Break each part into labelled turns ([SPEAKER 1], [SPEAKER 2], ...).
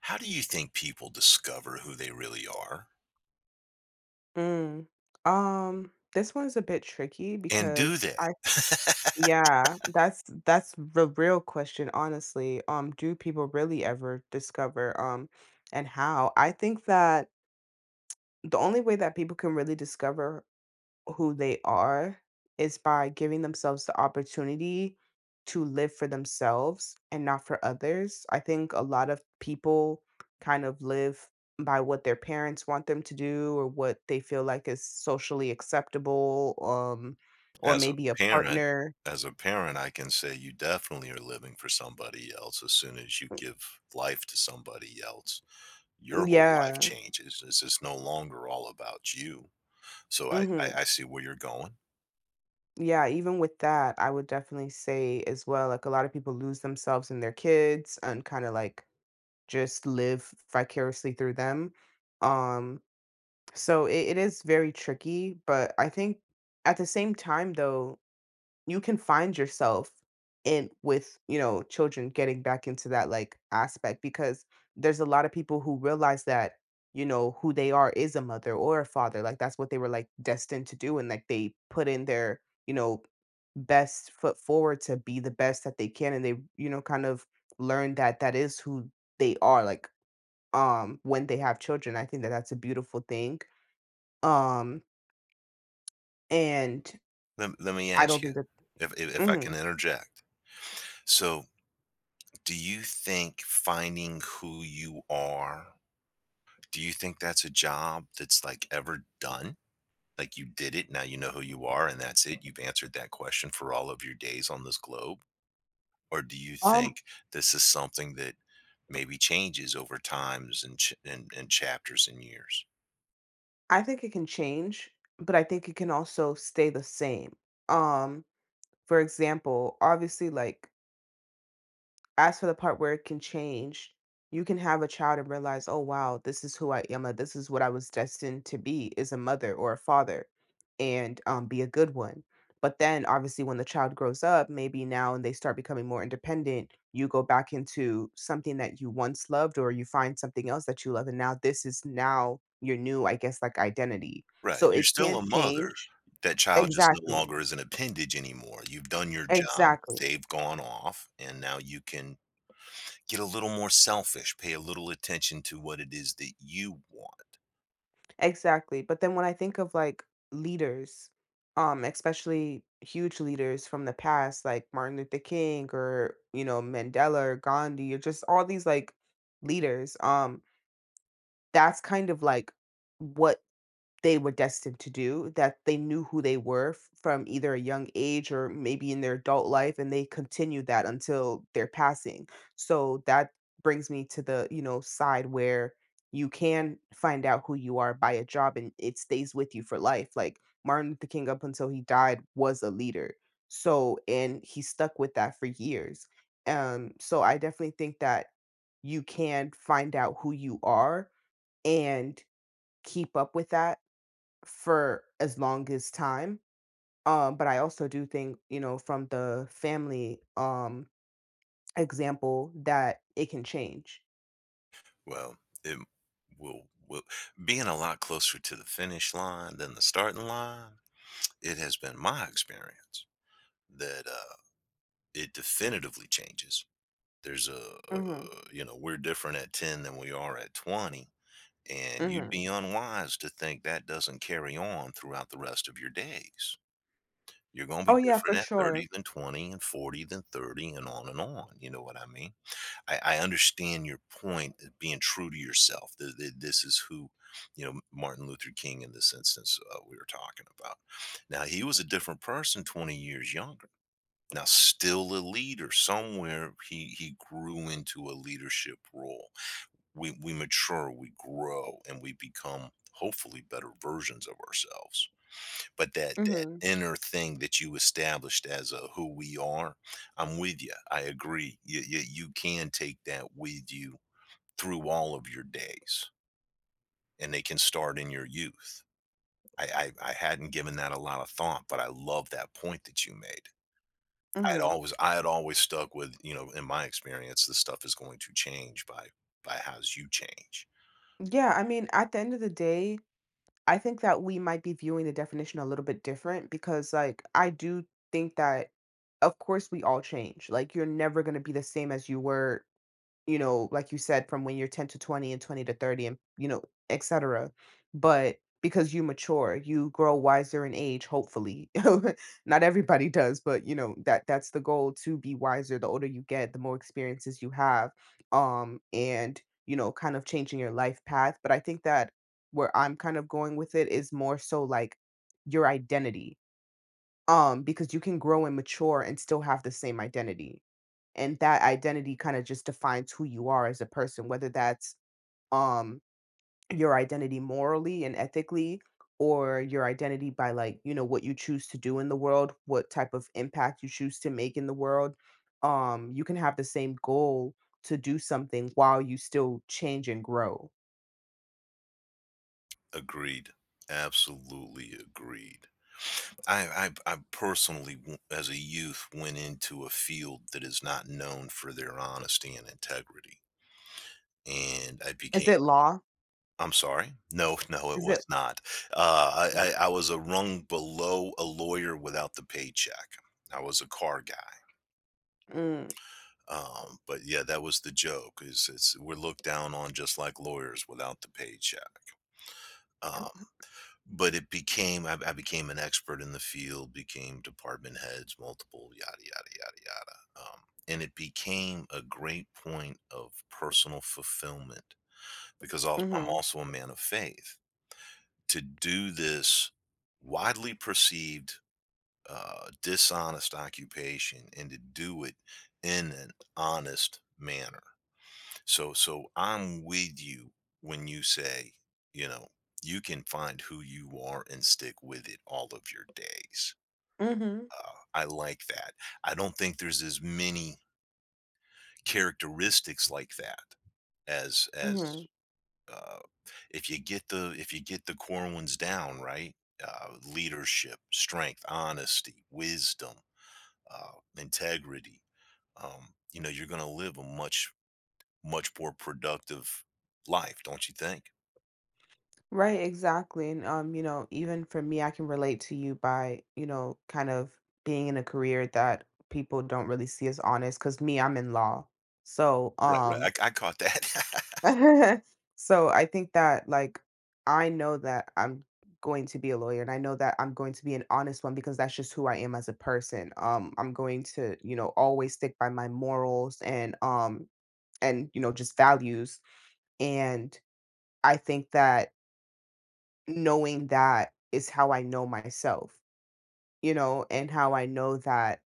[SPEAKER 1] How do you think people discover who they really are?
[SPEAKER 2] Mm. This one's a bit tricky
[SPEAKER 1] And do
[SPEAKER 2] because
[SPEAKER 1] they?
[SPEAKER 2] I yeah, that's the real question, honestly. Do people really ever discover and how? I think that the only way that people can really discover who they are is by giving themselves the opportunity to live for themselves and not for others. I think a lot of people kind of live by what their parents want them to do or what they feel like is socially acceptable or
[SPEAKER 1] As a
[SPEAKER 2] maybe a
[SPEAKER 1] parent,
[SPEAKER 2] partner.
[SPEAKER 1] as a parent, I can say you definitely are living for somebody else as soon as you give life to somebody else. Your whole life
[SPEAKER 2] Yeah.
[SPEAKER 1] changes. It's just no longer all about you. So I I
[SPEAKER 2] Mhm.
[SPEAKER 1] I see where you're going.
[SPEAKER 2] Yeah, even with that, I would definitely say as well like a lot of people lose themselves in their kids and kind of like just live vicariously through them. Um So it is very tricky, but I think at the same time though, you can find yourself in with, you know, children getting back into that like aspect because there's a lot of people who realize that, you know, who they are is a mother or a father. Like that's what they were like destined to do and like they put in their, you know, best foot forward to be the best that they can and they, you know, kind of learn that that is who they are like when they have children. I think that that's a beautiful thing um, and
[SPEAKER 1] Let me
[SPEAKER 2] I
[SPEAKER 1] ask
[SPEAKER 2] don't
[SPEAKER 1] you,
[SPEAKER 2] think that.
[SPEAKER 1] if if I
[SPEAKER 2] Mhm.
[SPEAKER 1] can interject. So, do you think finding who you are, do you think that's a job that's, like, ever done? Like, you did it, now you know who you are, and that's it. You've answered that question for all of your days on this globe? Or do you
[SPEAKER 2] Um,
[SPEAKER 1] think this is something that maybe changes over times and ch and chapters and years?
[SPEAKER 2] I think it can change, but I think it can also stay the same. Um, for example, obviously, like as for the part where it can change, you can have a child and realize, "Oh, wow, this is who I am, or this is what I was destined to be is a mother or a father," and, be a good one. But then, obviously, when the child grows up, maybe now and they start becoming more independent, you go back into something that you once loved or you find something else that you love, and now this is now your new, I guess, like, identity.
[SPEAKER 1] Right,
[SPEAKER 2] So
[SPEAKER 1] you're
[SPEAKER 2] it
[SPEAKER 1] still
[SPEAKER 2] can
[SPEAKER 1] a mother.
[SPEAKER 2] change.
[SPEAKER 1] That child just no
[SPEAKER 2] Exactly.
[SPEAKER 1] longer is an appendage anymore. You've done your job,
[SPEAKER 2] Exactly.
[SPEAKER 1] they've gone off, and now you can get a little more selfish, pay a little attention to what it is that you want.
[SPEAKER 2] Exactly, but then when I think of, like, leaders, especially huge leaders from the past, like Martin Luther King or, you know, Mandela or Gandhi or just all these, like, leaders, that's kind of, like, what they were destined to do, that they knew who they were from either a young age or maybe in their adult life, and they continued that until their passing. So that brings me to the, you know, side where you can find out who you are by a job and it stays with you for life. Like Martin Luther King up until he died was a leader. So and he stuck with that for years. So I definitely think that you can find out who you are and keep up with that for as long as time. But I also do think, you know, from the family example that it can change.
[SPEAKER 1] Well, it will being a lot closer to the finish line than the starting line, it has been my experience that, it definitively changes. There's a
[SPEAKER 2] Mhm.
[SPEAKER 1] you know, we're different at 10 than we are at 20, and you'd
[SPEAKER 2] Mhm.
[SPEAKER 1] be unwise to think that doesn't carry on throughout the rest of your days. You're gonna
[SPEAKER 2] Oh
[SPEAKER 1] be
[SPEAKER 2] yeah, for
[SPEAKER 1] different at
[SPEAKER 2] sure.
[SPEAKER 1] 30 than 20 and 40 than 30 and on, you know what I mean? I understand your point of being true to yourself. This is who, you know, Martin Luther King in this instance we were talking about. Now, he was a different person 20 years younger. Now, still a leader. Somewhere he grew into a leadership role. We mature, we grow, and we become hopefully better versions of ourselves. But that
[SPEAKER 2] Mhm.
[SPEAKER 1] inner thing that you established as a who we are, I'm with you. I agree. You can take that with you through all of your days, and they can start in your youth. I hadn't given that a lot of thought, but I love that point that you made.
[SPEAKER 2] Mhm.
[SPEAKER 1] I had always stuck with you know in my experience, this stuff is going to change by how's you change.
[SPEAKER 2] Yeah, I mean, at the end of the day, I think that we might be viewing the definition a little bit different because like I do think that of course we all change. Like you're never going to be the same as you were, you know, like you said, from when you're 10 to 20 and 20 to 30 and, you know, et cetera. But because you mature, you grow wiser in age, hopefully. Not everybody does, but you know, that's the goal to be wiser. The older you get, the more experiences you have. And you know, kind of changing your life path. But I think that where I'm kind of going with it is more so like your identity. Because you can grow and mature and still have the same identity. And that identity kind of just defines who you are as a person, whether that's, um, your identity morally and ethically, or your identity by like, you know, what you choose to do in the world, what type of impact you choose to make in the world. You can have the same goal to do something while you still change and grow.
[SPEAKER 1] Agreed. Absolutely agreed. I I personally, as a youth, went into a field that is not known for their honesty and integrity, and I
[SPEAKER 2] Is
[SPEAKER 1] became.
[SPEAKER 2] it law?
[SPEAKER 1] I'm sorry. No, no, it
[SPEAKER 2] Is it
[SPEAKER 1] was not. I was a rung below a lawyer without the paycheck. I was a car guy.
[SPEAKER 2] Mm,
[SPEAKER 1] But yeah, that was the joke. Is it's we're looked down on just like lawyers without the paycheck. Um, But it became I became an expert in the field, became department heads, multiple yada, yada, yada, yada. And it became a great point of personal fulfillment because als I'm
[SPEAKER 2] mhm.
[SPEAKER 1] also a man of faith. To do this widely perceived, dishonest occupation and to do it in an honest manner. So so I'm with you when you say, you know, you can find who you are and stick with it all of your days.
[SPEAKER 2] Mhm.
[SPEAKER 1] I like that. I don't think there's as many characteristics like that as
[SPEAKER 2] Mhm.
[SPEAKER 1] as uh, if you get the if you get the core ones down right. Leadership, strength, honesty, wisdom, uh, integrity. You know, you're going to live a much much more productive life, don't you think?
[SPEAKER 2] Right, exactly. And you know, even for me, I can relate to you by, you know, kind of being in a career that people don't really see as honest. Cause me, I'm in law. So,
[SPEAKER 1] Right, right. I caught that.
[SPEAKER 2] so I think that like I know that I'm going to be a lawyer and I know that I'm going to be an honest one because that's just who I am as a person. I'm going to, you know, always stick by my morals and you know, just values. And I think that knowing that is how I know myself, you know, and how I know that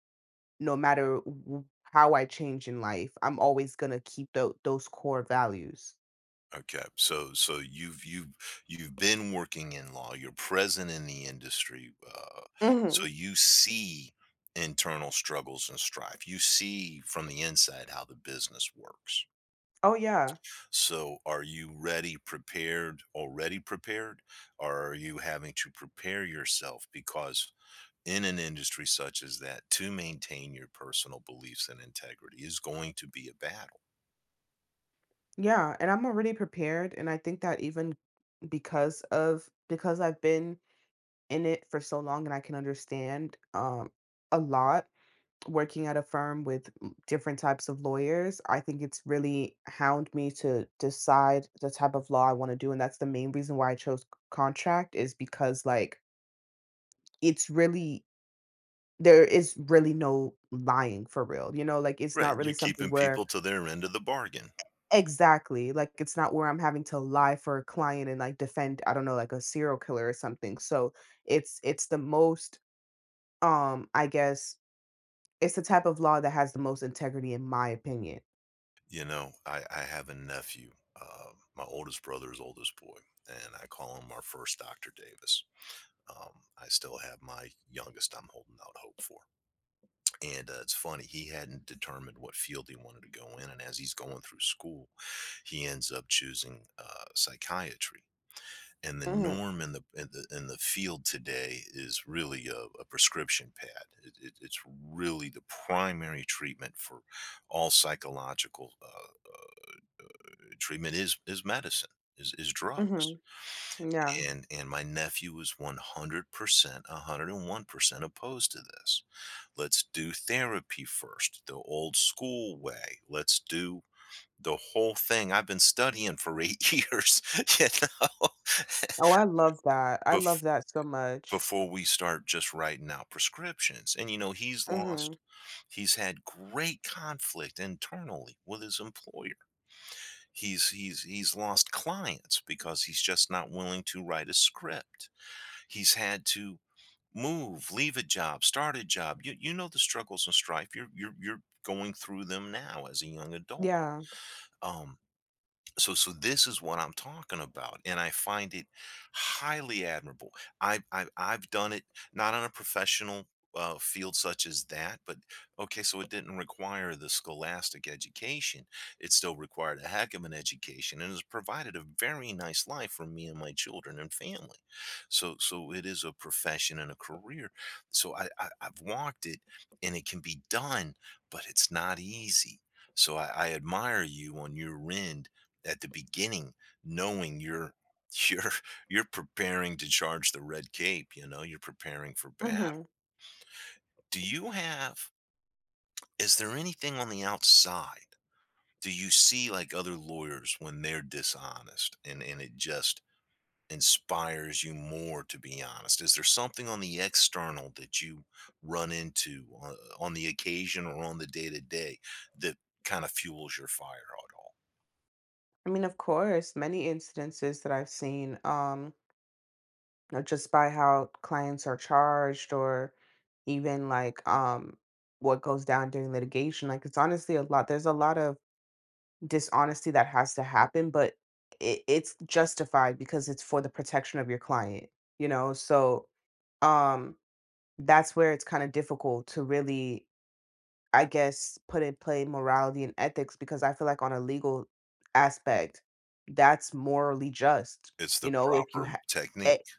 [SPEAKER 2] no matter w how I change in life, I'm always gonna keep those core values.
[SPEAKER 1] Okay, so so you've been working in law, you're present in the industry, so
[SPEAKER 2] Mhm.
[SPEAKER 1] you see internal struggles and strife. You see from the inside how the business works.
[SPEAKER 2] Oh, yeah.
[SPEAKER 1] So are you ready, prepared, already prepared, or are you having to prepare yourself? Because in an industry such as that, to maintain your personal beliefs and integrity is going to be a battle.
[SPEAKER 2] Yeah, and I'm already prepared, and I think that even because of because I've been in it for so long and I can understand, a lot working at a firm with different types of lawyers, I think it's really hound me to decide the type of law I want to do. And that's the main reason why I chose contract is because like it's really there is really no lying for real. You know, like it's
[SPEAKER 1] Right,
[SPEAKER 2] not really
[SPEAKER 1] you're
[SPEAKER 2] something
[SPEAKER 1] keeping
[SPEAKER 2] where
[SPEAKER 1] people to their end of the bargain.
[SPEAKER 2] exactly like it's not where I'm having to lie for a client and like defend, I don't know, like a serial killer or something. So it's the most I guess it's the type of law that has the most integrity in my opinion.
[SPEAKER 1] You know, I have a nephew, my oldest brother's oldest boy, and I call him our first Dr. Davis. I still have my youngest I'm holding out hope for. And, it's funny, he hadn't determined what field he wanted to go in, and as he's going through school, he ends up choosing, psychiatry. And the
[SPEAKER 2] Hmm.
[SPEAKER 1] norm in the in the field today is really a prescription pad. It's really the primary treatment for all psychological treatment is medicine is
[SPEAKER 2] Hmm.
[SPEAKER 1] drugs.
[SPEAKER 2] Yeah.
[SPEAKER 1] And my nephew is 100%, 101% opposed to this. Let's do therapy first, the old school way. Let's do the whole thing I've been studying for 8 years you know
[SPEAKER 2] Oh, I love that. I love
[SPEAKER 1] bef-
[SPEAKER 2] that so much.
[SPEAKER 1] Before we start just writing out prescriptions, and, you know,
[SPEAKER 2] Mhm.
[SPEAKER 1] he's had great conflict internally with his employer. He's lost clients because he's just not willing to write a script. He's had to move, leave a job, start a job. You know the struggles and strife. You're going through them now as a young adult.
[SPEAKER 2] Yeah.
[SPEAKER 1] Um, so so this is what I'm talking about, and I find it highly admirable. I've done it not on a professional field such as that, but okay, so it didn't require the scholastic education. It still required a heck of an education, and has provided a very nice life for me and my children and family. So so it is a profession and a career. So I've walked it, and it can be done, but it's not easy. So I admire you on your end at the beginning knowing you're you're preparing to charge the red cape, you know, you're preparing for
[SPEAKER 2] Mhm.
[SPEAKER 1] battle. Do you have is there anything on the outside? Do you see like other lawyers when they're dishonest and it just inspires you more to be honest? Is there something on the external that you run into on the occasion or on the day to day that kind of fuels your fire at all?
[SPEAKER 2] I mean, of course, many instances that I've seen, you know, just by how clients are charged or even like what goes down during litigation. Like it's honestly a lot. There's a lot of dishonesty that has to happen, but it's justified because it's for the protection of your client, you know? So um that's where it's kind of difficult to really, I guess, put in play morality and ethics because I feel like on a legal aspect, that's morally just.
[SPEAKER 1] It's
[SPEAKER 2] You
[SPEAKER 1] the
[SPEAKER 2] know, if you
[SPEAKER 1] proper
[SPEAKER 2] ha e
[SPEAKER 1] technique,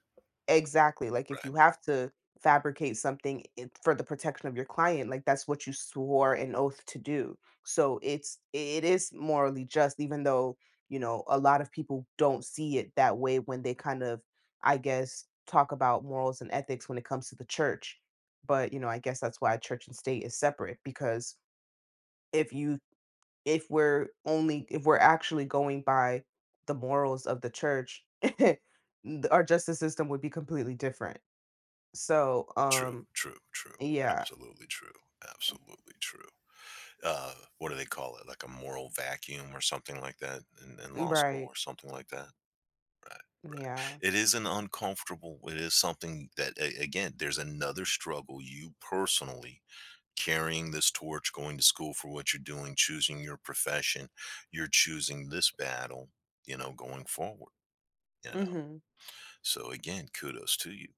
[SPEAKER 2] exactly, like, if you
[SPEAKER 1] right?
[SPEAKER 2] have to fabricate something in for the protection of your client, like, that's what you swore an oath to do. So it is morally just even though, you know, a lot of people don't see it that way when they kind of, I guess, talk about morals and ethics when it comes to the church. But, you know, I guess that's why church and state is separate because if you if we're only, if we're actually going by the morals of the church th- our justice system would be completely different so
[SPEAKER 1] True, true, true.
[SPEAKER 2] yeah
[SPEAKER 1] Absolutely true, absolutely true. What do they call it? Like a moral vacuum or something like that in law school
[SPEAKER 2] right
[SPEAKER 1] or something like that? Right, right.
[SPEAKER 2] yeah
[SPEAKER 1] It is an uncomfortable, it is something that, again, there's another struggle. You personally carrying this torch, going to school for what you're doing, choosing your profession, you're choosing this battle, you know, going forward, you know.
[SPEAKER 2] hmm.
[SPEAKER 1] So, again, kudos to you.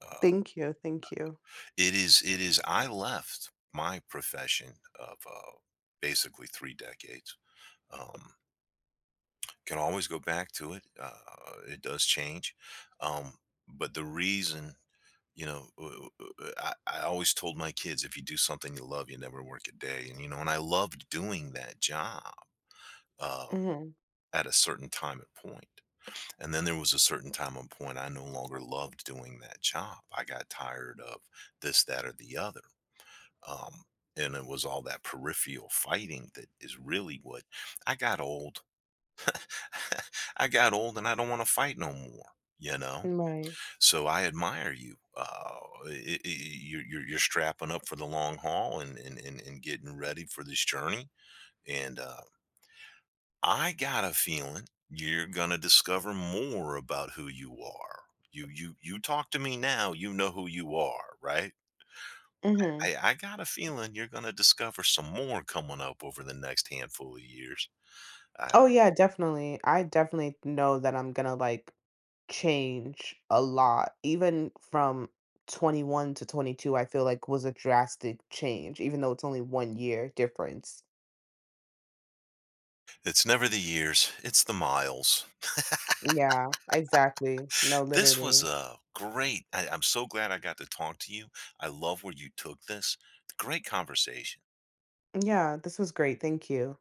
[SPEAKER 1] Uh,
[SPEAKER 2] Thank you, thank you.
[SPEAKER 1] It is I left my profession of, basically 3 decades, um, can always go back to it, it does change, um, but the reason, you know, w w w I always told my kids, "If you do something you love, you never work a day," and, you know, and I loved doing that job, uh,
[SPEAKER 2] Hmm.
[SPEAKER 1] at a certain time and point, point. And then there was a certain time and point I no longer loved doing that job, I got tired of this, that, or the other. Um, and it was all that peripheral fighting that is really what I got old. I got old and I don't want to fight no more, you know?
[SPEAKER 2] Right.
[SPEAKER 1] So I admire you. You're strapping up for the long haul and, and getting ready for this journey. And I got a feeling you're going to discover more about who you are. You talk to me now, you know who you are, right?
[SPEAKER 2] Hmm.
[SPEAKER 1] Hey, I got a feeling you're gonna discover some more coming up over the next handful of years. Uh,
[SPEAKER 2] Oh yeah, definitely. I definitely know that I'm gonna like change a lot even from 21 to 22. I feel like was a drastic change even though it's only 1 year difference.
[SPEAKER 1] it's never the years, it's the miles.
[SPEAKER 2] Yeah, exactly. No,
[SPEAKER 1] This was
[SPEAKER 2] literally.
[SPEAKER 1] a great I'm so glad I got to talk to you. I love where you took this. Great conversation.
[SPEAKER 2] Yeah, this was great. Thank you.